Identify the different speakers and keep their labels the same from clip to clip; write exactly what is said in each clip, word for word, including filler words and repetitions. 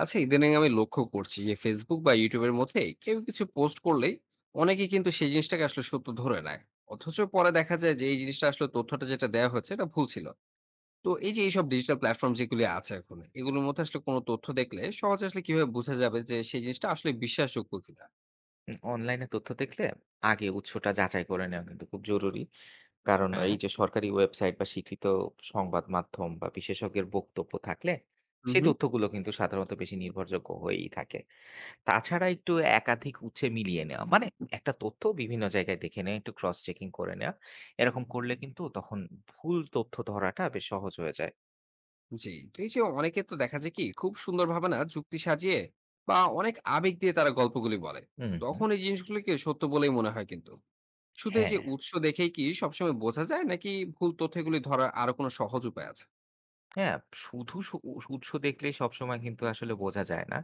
Speaker 1: আচ্ছা, ইদানিং আমি লক্ষ্য করছি যে ফেসবুক বা ইউটিউবের মধ্যে কেউ কিছু পোস্ট করলেই অনেকেই কিন্তু সেই জিনিসটাকে আসলে সত্য ধরে নেয়। অথচ পরে দেখা যায় যে এই জিনিসটা আসলে তথ্যটা যেটা দেওয়া হয়েছে এটা ভুল ছিল। তো এই যে এইসব ডিজিটাল প্ল্যাটফর্ম যেগুলি আছে এখন, এগুলোর মধ্যে আসলে কোনো তথ্য দেখলে সহজে আসলে কিভাবে বোঝা যাবে যে সেই জিনিসটা আসলে বিশ্বাসযোগ্য কিনা?
Speaker 2: উম অনলাইনে তথ্য দেখলে আগে উৎসটা যাচাই করে নেওয়া কিন্তু খুব জরুরি। কারণ
Speaker 1: হ্যাঁ।
Speaker 2: এই যে সরকারি ওয়েবসাইট বা স্বীকৃত সংবাদ মাধ্যম বা বিশেষজ্ঞের বক্তব্য থাকলে সেই
Speaker 1: হুম।
Speaker 2: তথ্যগুলো কিন্তু সাধারণত বেশি নির্ভরযোগ্য হয়েই থাকে। তাছাড়া একটু একাধিক উৎসে মিলিয়ে নেওয়া। মানে একটা তথ্য বিভিন্ন জায়গায় দেখে নেওয়া, একটু ক্রস চেকিং করে নেওয়া। এরকম করলে কিন্তু তখন ভুল তথ্য ধরাটা বেশ সহজ হয়ে যায়।
Speaker 1: জি। তো এই যে অনেকে তো দেখা যায় কি খুব সুন্দর ভাবে না যুক্তি সাজিয়ে বা অনেক আবেগ দিয়ে তারা গল্পগুলি বলে,
Speaker 2: হুম, হুম।
Speaker 1: তখন এই জিনিসগুলিকে সত্য বলেই মনে হয়। কিন্তু শুধু এই
Speaker 2: হ্যাঁ।
Speaker 1: যে উৎস দেখেই কি সবসময় বোঝা যায় নাকি ভুল তথ্যগুলি ধরার আরো কোনো সহজ উপায় আছে?
Speaker 2: হ্যাঁ, শুধু সু উৎস দেখলেই সবসময় কিন্তু আসলে বোঝা যায় না।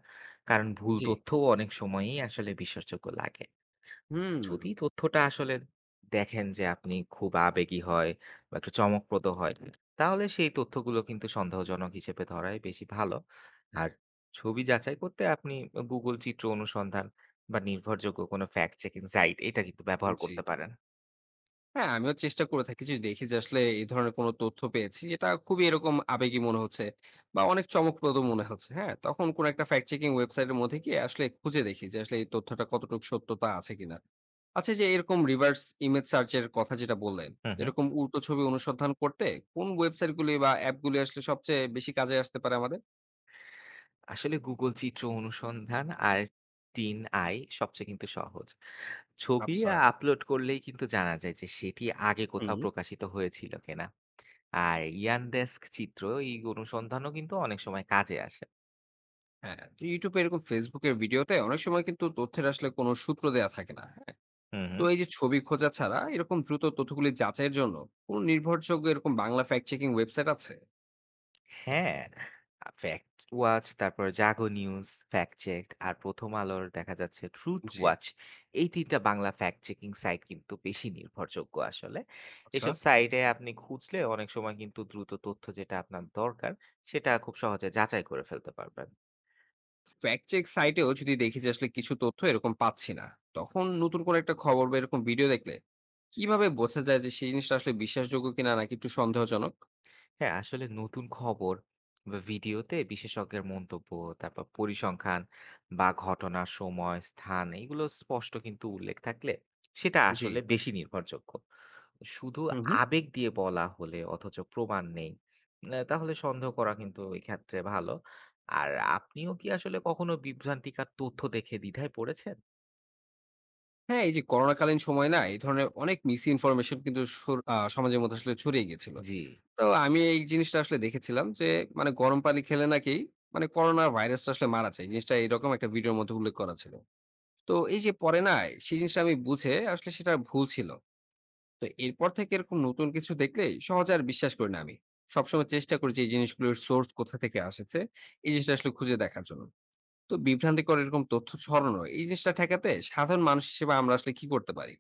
Speaker 2: কারণ ভুল
Speaker 1: জি।
Speaker 2: তথ্যও অনেক সময়ই আসলে বিশ্বাসযোগ্য লাগে।
Speaker 1: হুম।
Speaker 2: যদি তথ্যটা আসলে দেখেন যে আপনি খুব আবেগী হয় বা একটু চমকপ্রদ হয়, তাহলে সেই তথ্যগুলো কিন্তু সন্দেহজনক হিসেবে ধরাই বেশি ভালো। আর ছবি যাচাই করতে আপনি Google চিত্র অনুসন্ধান বা নির্ভরযোগ্য কোনো ফ্যাক্ট চেকিং সাইট এটা কিন্তু ব্যবহার
Speaker 1: জি।
Speaker 2: করতে পারেন।
Speaker 1: হ্যাঁ, আমিও চেষ্টা করে থাকি, যদি দেখি যে আসলে এই ধরনের কোনো তথ্য পেয়েছি যেটা খুবই এরকম আবেগী মনে হচ্ছে বা অনেক চমকপ্রদ মনে হচ্ছে। হ্যাঁ, তখন কোনো একটা ফ্যাক্ট চেকিং ওয়েবসাইটের মধ্যে গিয়ে আসলে খুঁজে দেখি যে আসলে এই তথ্যটা কতটুকু সত্যতা আছে কিনা। আচ্ছা, এই যে এরকম রিভার্স ইমেজ সার্চ এর কথা যেটা বললেন,
Speaker 2: হু, হু।
Speaker 1: এরকম উল্টো ছবি অনুসন্ধান করতে কোন ওয়েবসাইট গুলি বা অ্যাপ গুলি আসলে সবচেয়ে বেশি কাজে আসতে পারে আমাদের?
Speaker 2: আসলে Google চিত্র অনুসন্ধান আর থ্রি আই সবচেয়ে কিন্তু সহজ। ছবি
Speaker 1: আচ্ছা।
Speaker 2: আপলোড করলেই কিন্তু জানা যায় যে সেটি আগে কোথাও
Speaker 1: হুম।
Speaker 2: প্রকাশিত হয়েছিল কিনা। আর Yandex চিত্র এই অনুসন্ধানও কিন্তু অনেক সময় কাজে আসে।
Speaker 1: হ্যাঁ, তো YouTube এ এরকম Facebook এর ভিডিওতে অনেক সময় কিন্তু তথ্যের আসলে কোনো সূত্র দেয়া থাকে না।
Speaker 2: হুম,
Speaker 1: তো
Speaker 2: হুম।
Speaker 1: এই যে ছবি খোঁজা ছাড়া এরকম দ্রুত তথ্যগুলি যাচাইয়ের জন্য কোন নির্ভরযোগ্য এরকম বাংলা ফ্যাক্ট চেকিং ওয়েবসাইট আছে?
Speaker 2: হ্যাঁ, আ ফ্যাক্ট ওয়াচ, তারপর জাগো নিউজ, ফ্যাক্ট চেক আর প্রথম আলোর দেখা যাচ্ছে ট্রুথ
Speaker 1: জি।
Speaker 2: ওয়াচ। এই তিন টা বাংলা ফ্যাক্ট চেকিং সাইট কিন্তু বেশি নির্ভরযোগ্য আসলে।
Speaker 1: আচ্ছা।
Speaker 2: এসব সাইটে আপনি খুঁজলে অনেক সময় কিন্তু দ্রুত তথ্য যেটা আপনার দরকার, সেটা খুব সহজে যাচাই করে ফেলতে পারবেন।
Speaker 1: ফ্যাক্ট চেক সাইটেও যদি দেখি যে আসলে কিছু তথ্য এরকম পাচ্ছি না, তখন নতুন করে একটা খবর বা এরকম ভিডিও দেখলে কিভাবে বোঝা যায় যে সেই জিনিসটা আসলে বিশ্বাসযোগ্য কিনা নাকি একটু সন্দেহজনক?
Speaker 2: হ্যাঁ, আসলে নতুন খবর বা ভিডিওতে বিশেষজ্ঞের মন্তব্য, তারপর পরিসংখ্যান বা ঘটনার সময়, স্থান এগুলো স্পষ্ট কিন্তু উল্লেখ থাকলে সেটা
Speaker 1: জি।
Speaker 2: আসলে বেশি নির্ভরযোগ্য। শুধু
Speaker 1: হুম হুম।
Speaker 2: আবেগ দিয়ে বলা হলে অথচ প্রমাণ নেই, আ তাহলে সন্দেহ করা কিন্তু এক্ষেত্রে ভালো। আর আপনিও কি আসলে কখনো বিভ্রান্তিকর তথ্য দেখে দ্বিধায় পড়েছেন?
Speaker 1: হ্যাঁ, এই যে করোনাকালীন সময়ে না, এই ধরনের অনেক মিস ইনফরমেশন কিন্তু সর আ সমাজের মধ্যে আসলে ছড়িয়ে গিয়েছিল।
Speaker 2: জি।
Speaker 1: তো আমি এই জিনিসটা আসলে দেখেছিলাম যে মানে গরম পানি খেলে নাকি মানে করোনা ভাইরাসটা আসলে মারা যায়। এই জিনিসটা এরকম একটা ভিডিওর মধ্যে উল্লেখ করা ছিল। তো এই যে পরে না সেই জিনিসটা আমি বুঝে আসলে সেটা ভুল ছিল। তো এরপর থেকে এরকম নতুন কিছু দেখলেই সহজে আর বিশ্বাস করি না আমি। সবসময় চেষ্টা করি যে এই জিনিসগুলোর সোর্স কোথা থেকে এসেছে এই জিনিসটা আসলে খুঁজে দেখার জন্য। তো বিভ্রান্তিকর এরকম তথ্য ছড়ানো এই জিনিসটা ঠেকাতে সাধারণ মানুষ হিসেবে আমরা আসলে কি করতে পারি?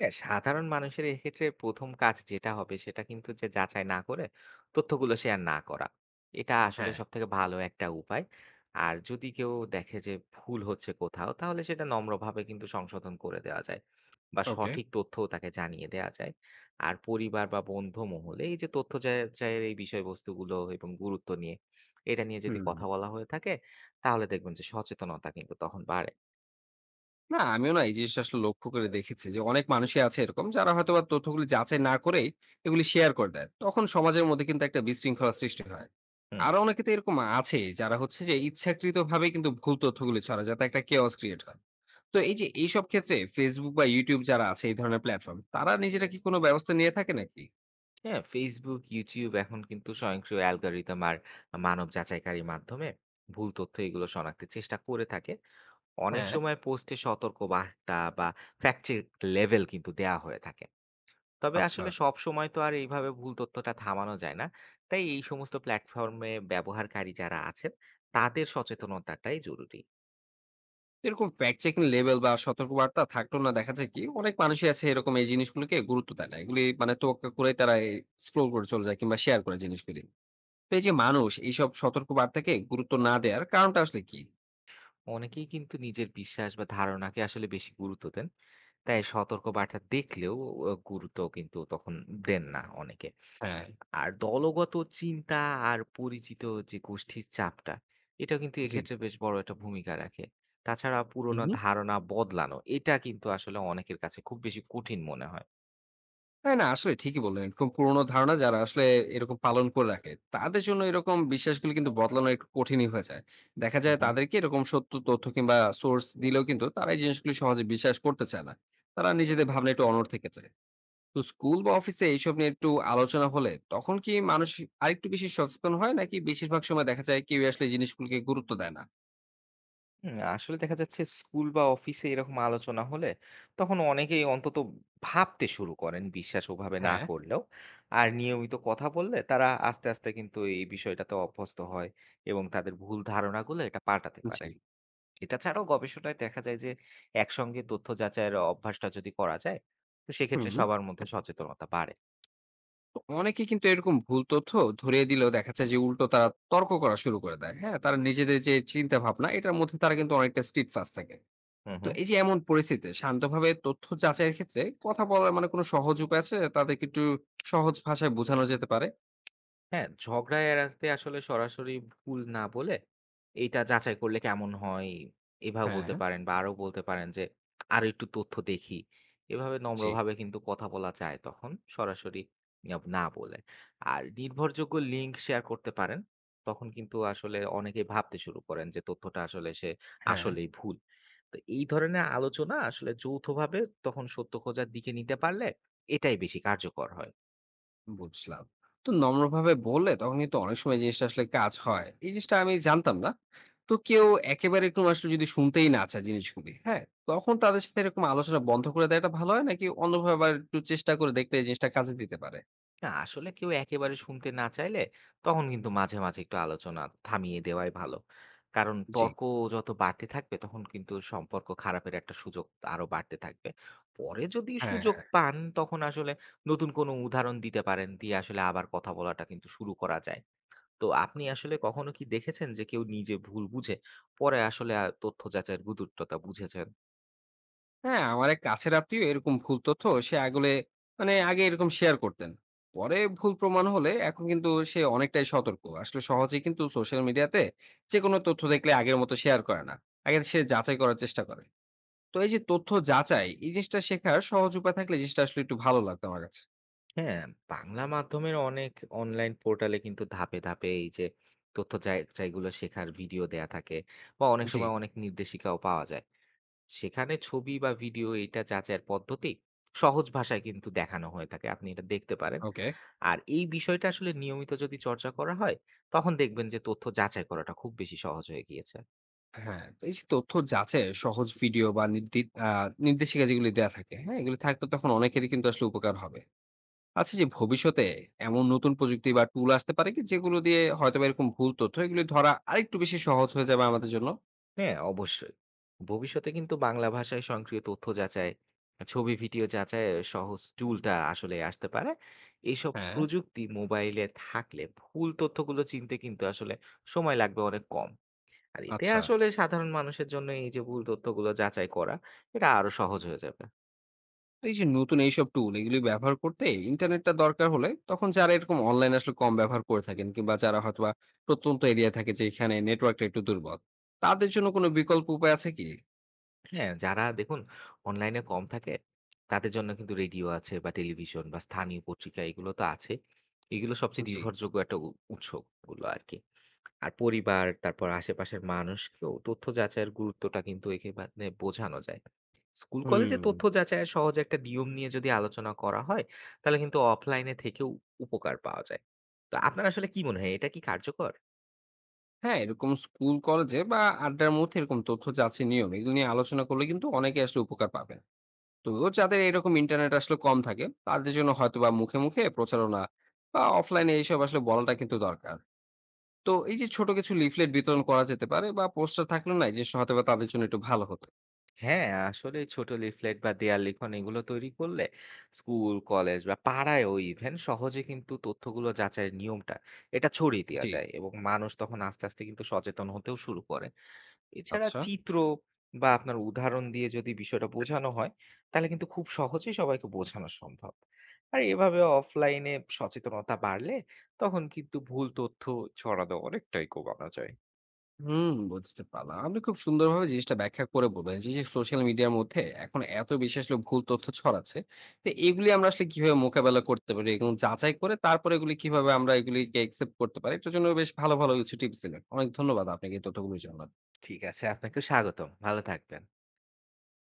Speaker 2: হ্যাঁ, সাধারণ মানুষের এক্ষেত্রে ১ম কাজ যেটা হবে সেটা কিন্তু যে যাচাই না করে তথ্যগুলো শেয়ার না করা। এটা হুম। আসলে
Speaker 1: হ্যাঁ।
Speaker 2: সবথেকে ভালো একটা উপায়। আর যদি কেউ দেখে যে ভুল হচ্ছে কোথাও তাহলে সেটা নম্রভাবে কিন্তু সংশোধন করে দেওয়া যায় বা
Speaker 1: ওকে।
Speaker 2: সঠিক তথ্যও তাকে জানিয়ে দেওয়া যায়। আর পরিবার বা বন্ধু মহলে এই যে তথ্য যাচাইয়ের এই বিষয়বস্তুগুলো এবং গুরুত্ব নিয়ে, এটা নিয়ে যদি
Speaker 1: হুম।
Speaker 2: কথা বলা হয়ে থাকে তাহলে দেখবেন যে সচেতনতা কিন্তু তখন বাড়ে।
Speaker 1: না, আমিও না এই জিনিসটা আসলে লক্ষ্য করে দেখেছি যে অনেক মানুষই আছে এরকম যারা হয়তোবা তথ্যগুলি যাচাই না করেই এগুলি শেয়ার করে দেয়। তখন সমাজের মধ্যে কিন্তু একটা বিশৃঙ্খলা সৃষ্টি হয়।
Speaker 2: হুম।
Speaker 1: আরো অনেকে তো এরকম আছে যারা হচ্ছে যে ইচ্ছাকৃতভাবে কিন্তু ভুল তথ্যগুলি ছড়ায় যাতে একটা chaos ক্রিয়েট হয়। তো এই যে এইসব ক্ষেত্রে Facebook বা YouTube যারা আছে এই ধরনের প্ল্যাটফর্ম তারা নিজেরা কি কোনো ব্যবস্থা নিয়ে থাকে নাকি?
Speaker 2: হ্যাঁ, Facebook, YouTube এখন কিন্তু স্বয়ংক্রিয় অ্যালগরিদম আর মানব যাচাইকারীর মাধ্যমে ভুল তথ্য এগুলো শনাক্তের চেষ্টা করে থাকে। অনেক
Speaker 1: হ্যাঁ।
Speaker 2: সময় পোস্টে সতর্ক বার্তা বা ফ্যাক্ট চেক লেভেল কিন্তু দেয়া হয়ে থাকে। তবে
Speaker 1: আচ্ছা।
Speaker 2: আসলে সব সময় তো আর এইভাবে ভুল তথ্যটা থামানো যায় না। তাই এই সমস্ত প্ল্যাটফর্মে ব্যবহারকারী যারা আছেন তাদের সচেতনতাটাই জরুরি।
Speaker 1: এরকম ফ্যাক্ট চেকিং লেবেল বা সতর্কবার্তা থাকলেও না দেখা যায় কি অনেক মানুষই আছে এরকম, এই জিনিসগুলোকে গুরুত্ব দেয় না, এগুলি মানে তোয়াক্কা করে তারা স্ক্রোল করে চলে যায় কিংবা শেয়ার করে জিনিসগুলি। তো এই যে মানুষ এইসব সতর্কবার্তাকে গুরুত্ব না দেওয়ার কারণটা আসলে কি?
Speaker 2: অনেকেই কিন্তু নিজের বিশ্বাস বা ধারণাকে আসলে বেশি গুরুত্ব দেন। তাই সতর্ক বার্তা দেখলেও অ গুরুত্ব কিন্তু তখন দেন না অনেকে।
Speaker 1: হ্যাঁ।
Speaker 2: আর দলগত চিন্তা আর পরিচিত যে গোষ্ঠীর চাপটা, এটা কিন্তু
Speaker 1: জি।
Speaker 2: এক্ষেত্রে বেশ বড় একটা ভূমিকা রাখে। তাছাড়া
Speaker 1: হুম
Speaker 2: পুরোনো
Speaker 1: হুম।
Speaker 2: ধারণা বদলানো, এটা কিন্তু আসলে অনেকের কাছে খুব বেশি কঠিন মনে হয়।
Speaker 1: হ্যাঁ, না আসলে ঠিকই বললেন, এরকম পুরোনো ধারণা যারা আসলে এরকম পালন করে রাখে তাদের জন্য এরকম বিশ্বাসগুলো কিন্তু বদলানো একটু কঠিনই হয়ে যায়। দেখা
Speaker 2: হুম,
Speaker 1: যায়
Speaker 2: হুম।
Speaker 1: তাদেরকে এরকম সত্য তথ্য কিংবা সোর্স দিলেও কিন্তু তারা এই জিনিসগুলি সহজে বিশ্বাস করতে চায় না। তারা নিজেদের ভাবনা একটু অনড় থেকে যায়। তো স্কুল বা অফিসে এইসব নিয়ে একটু আলোচনা হলে তখন কি মানুষ আরেকটু বেশি সচেতন হয় নাকি বেশিরভাগ সময় দেখা যায় কেউ আসলে এই জিনিসগুলোকে গুরুত্ব দেয় না?
Speaker 2: হুম, আসলে দেখা যাচ্ছে স্কুল বা অফিসে এরকম আলোচনা হলে তখন অনেকেই অন্তত ভাবতে শুরু করেন বিশ্বাস ওভাবে না
Speaker 1: হ্যাঁ।
Speaker 2: করলেও। আর নিয়মিত কথা বললে তারা আস্তে, আস্তে কিন্তু এই বিষয়টাতে অভ্যস্ত হয় এবং তাদের ভুল ধারণাগুলো এটা পাল্টাতে পারে।
Speaker 1: জি।
Speaker 2: এটা ছাড়াও গবেষণায় দেখা যায় যে একসঙ্গে তথ্য যাচাইয়ের অভ্যাসটা যদি করা যায়, তো সেক্ষেত্রে
Speaker 1: হুম।
Speaker 2: সবার মধ্যে সচেতনতা বাড়ে।
Speaker 1: তো অনেকে কিন্তু এরকম ভুল তথ্য ধরিয়ে দিলেও দেখা যায় যে উল্টো তারা তর্ক করা শুরু করে দেয়। হ্যাঁ, তারা নিজেদের যে চিন্তা ভাবনা, এটার মধ্যে তারা কিন্তু অনেকটা স্ট্রিট ফাস্ট থাকে।
Speaker 2: হুম,
Speaker 1: তো
Speaker 2: হুম।
Speaker 1: এই যে এমন পরিস্থিতিতে শান্তভাবে তথ্য যাচাইয়ের ক্ষেত্রে কথা বলার মানে কোনো সহজ উপায় আছে, তাদেরকে একটু সহজ ভাষায় বোঝানো যেতে পারে?
Speaker 2: হ্যাঁ, ঝগড়া এড়াতে আসলে সরাসরি ভুল না বলে, এইটা যাচাই করলে কেমন হয়? এভাবে
Speaker 1: হ্যাঁ।
Speaker 2: বলতে পারেন বা আরো বলতে পারেন যে, "আরো একটু তথ্য দেখি।" এভাবে
Speaker 1: জি।
Speaker 2: নম্রভাবে কিন্তু কথা বলা যায় তখন সরাসরি আব না বলে। আর নির্ভরযোগ্য লিঙ্ক শেয়ার করতে পারেন। তখন কিন্তু আসলে অনেকেই ভাবতে শুরু করেন যে তথ্যটা আসলে সে
Speaker 1: হ্যাঁ।
Speaker 2: আসলেই ভুল। তো এই ধরনের আলোচনা আসলে যৌথভাবে তখন সত্য খোঁজার দিকে নিতে পারলে এটাই বেশি কার্যকর হয়।
Speaker 1: বুঝলাম। তো নম্রভাবে বললে তখন কিন্তু অনেক সময় জিনিসটা আসলে কাজ হয়। এই জিনিসটা আমি জানতাম না। তো কেউ একেবারে এরকম আসলে যদি শুনতেই না চায় জিনিসগুলি, হ্যাঁ? তখন তাদের সাথে এরকম আলোচনা বন্ধ করে দেওয়াটা ভালো হয় নাকি অন্যভাবে আবার একটু চেষ্টা করে দেখলে এই জিনিসটা কাজে দিতে পারে?
Speaker 2: না, আসলে কেউ একেবারে শুনতে না চাইলে তখন কিন্তু মাঝে, মাঝে একটু আলোচনা থামিয়ে দেওয়াই ভালো। কারণ
Speaker 1: জি।
Speaker 2: তর্ক যত বাড়তে থাকবে তখন কিন্তু সম্পর্ক খারাপের একটা সুযোগ আরো বাড়তে থাকবে। পরে যদি
Speaker 1: হ্যাঁ,
Speaker 2: সুযোগ
Speaker 1: হ্যাঁ।
Speaker 2: পান তখন আসলে নতুন কোনো উদাহরণ দিতে পারেন, দিয়ে আসলে আবার কথা বলাটা কিন্তু শুরু করা যায়। তো আপনি আসলে কখনো কি দেখেছেন যে কেউ নিজে ভুল বুঝে পরে আসলে আ তথ্য যাচাইয়ের গুরুত্বটা বুঝেছেন?
Speaker 1: হ্যাঁ, আমার এক কাছের আত্মীয় এরকম ভুল তথ্য সে আগলে মানে আগে এরকম শেয়ার করতেন। পরে ভুল প্রমাণ হলে এখন কিন্তু সে অনেকটাই সতর্ক। আসলে সহজেই কিন্তু সোশ্যাল মিডিয়াতে যেকোনো তথ্য দেখলে আগের মতো শেয়ার করে না। আগে সে যাচাই করার চেষ্টা করে। তো এই যে তথ্য যাচাই এই জিনিসটা শেখার সহজ উপায় থাকলে জিনিসটা আসলে একটু ভালো লাগতো আমার কাছে।
Speaker 2: হ্যাঁ, বাংলা মাধ্যমের অনেক অনলাইন পোর্টালে কিন্তু ধাপে, ধাপে এই যে তথ্য যাচাইগুলো শেখার ভিডিও দেয়া থাকে বা অনেক
Speaker 1: জি।
Speaker 2: সময় অনেক নির্দেশিকাও পাওয়া যায়। সেখানে ছবি বা ভিডিও এটা যাচাইয়ের পদ্ধতি সহজ ভাষায় কিন্তু দেখানো হয়ে থাকে। আপনি এটা দেখতে পারেন।
Speaker 1: ওকে।
Speaker 2: আর এই বিষয়টা আসলে নিয়মিত যদি চর্চা করা হয়, তখন দেখবেন যে তথ্য যাচাই করাটা খুব বেশি সহজ হয়ে গিয়েছে।
Speaker 1: হ্যাঁ, তো এই যে তথ্য যাচাইয়ের সহজ ভিডিও বা নির্দি আ নির্দেশিকা যেগুলি দেয়া থাকে, হ্যাঁ? এগুলি থাকলে তখন অনেকেরই কিন্তু আসলে উপকার হবে। আচ্ছা, যে ভবিষ্যতে এমন নতুন প্রযুক্তি বা টুল আসতে পারে কি? যেগুলো দিয়ে হয়তোবা এরকম ভুল তথ্য এগুলি ধরা আরেকটু বেশি সহজ হয়ে যাবে আমাদের জন্য?
Speaker 2: হ্যাঁ, অবশ্যই। ভবিষ্যতে কিন্তু বাংলা ভাষায় স্বয়ংক্রিয় তথ্য যাচাই, ছবি ভিডিও যাচাই সহজ টুলটা আসলে আসতে পারে। এইসব
Speaker 1: হ্যাঁ।
Speaker 2: প্রযুক্তি মোবাইলে থাকলে ভুল তথ্যগুলো চিনতে কিন্তু আসলে সময় লাগবে অনেক কম। আর এতে
Speaker 1: আচ্ছা।
Speaker 2: আসলে সাধারণ মানুষের জন্য এই যে ভুল তথ্যগুলো যাচাই করা, এটা আরো সহজ হয়ে যাবে।
Speaker 1: এই যে নতুন এইসব টুল এগুলি ব্যবহার করতে ইন্টারনেটটা দরকার হলে তখন যারা এরকম অনলাইন আসলে কম ব্যবহার করে থাকেন কিংবা যারা হয়তোবা প্রত্যন্ত এরিয়া থাকে যে এখানে নেটওয়ার্কটা একটু দুর্বল, তাদের জন্য কোনো বিকল্প উপায় আছে কি?
Speaker 2: হ্যাঁ, যারা দেখুন অনলাইনে কম থাকে, তাদের জন্য কিন্তু রেডিও আছে বা টেলিভিশন বা স্থানীয় পত্রিকা এগুলো তো আছে। এগুলো সবচেয়ে
Speaker 1: জি।
Speaker 2: নির্ভরযোগ্য একটা উ উৎসগুলো আরকি। আর পরিবার, তারপর আশেপাশের মানুষকেও তথ্য যাচাইয়ের গুরুত্বটা কিন্তু এখানে বোঝানো যায়। স্কুল কলেজে
Speaker 1: হুম।
Speaker 2: তথ্য যাচাইয়ের সহজ একটা নিয়ম নিয়ে যদি আলোচনা করা হয়, তাহলে কিন্তু অফলাইনে থেকেও উপকার পাওয়া যায়। তো আপনার আসলে কি মনে হয় এটা কি কার্যকর?
Speaker 1: হ্যাঁ, এরকম স্কুল কলেজে বা আড্ডার মধ্যে এরকম তথ্য যাচাই নিয়ম এগুলো নিয়ে আলোচনা করলে কিন্তু অনেকে আসলে উপকার পাবেন। তো যাদের এরকম ইন্টারনেট আসলে কম থাকে তাদের জন্য হয়তোবা মুখে মুখে প্রচারণা বা অফলাইনে এইসব আসলে বলাটা কিন্তু দরকার। তো এই যে ছোট কিছু লিফলেট বিতরণ করা যেতে পারে বা পোস্টার থাকলে না, এই জিনিসটা হয়তো বা তাদের জন্য একটু ভালো হতো।
Speaker 2: হ্যাঁ, আসলে ছোট লিফলেট বা দেয়াল লিখন এগুলো তৈরি করলে স্কুল, কলেজ বা পাড়ায়ও ইভেন সহজে কিন্তু তথ্যগুলো যাচাইয়ের নিয়মটা এটা ছড়িয়ে দেওয়া
Speaker 1: জি।
Speaker 2: যায় এবং মানুষ তখন আস্তে আস্তে কিন্তু সচেতন হতেও শুরু করে। এছাড়া
Speaker 1: আচ্ছা।
Speaker 2: চিত্র বা আপনার উদাহরণ দিয়ে যদি বিষয়টা বোঝানো হয়, তাহলে কিন্তু খুব সহজেই সবাইকে বোঝানো সম্ভব। আর এভাবে অফলাইনে সচেতনতা বাড়লে তখন কিন্তু ভুল তথ্য ছড়ানো অনেকটাই কমানো যায়।
Speaker 1: হুম, বুঝতে পারলাম। আপনি খুব সুন্দরভাবে জিনিসটা ব্যাখ্যা করে বললেন যে সোশ্যাল মিডিয়ার মধ্যে এখন এত বেশি আসলে ভুল তথ্য ছড়াচ্ছে। তো এগুলি আমরা আসলে কিভাবে মোকাবেলা করতে পারি এবং যাচাই করে তারপরে এগুলি কিভাবে আমরা এগুলিকে একসেপ্ট করতে পারি, এটার জন্য বেশ ভালো ভালো কিছু টিপস দিলেন। অনেক ধন্যবাদ আপনাকে এই তথ্যগুলির জন্য।
Speaker 2: ঠিক আছে, আপনাকেও স্বাগতম। ভালো থাকবেন।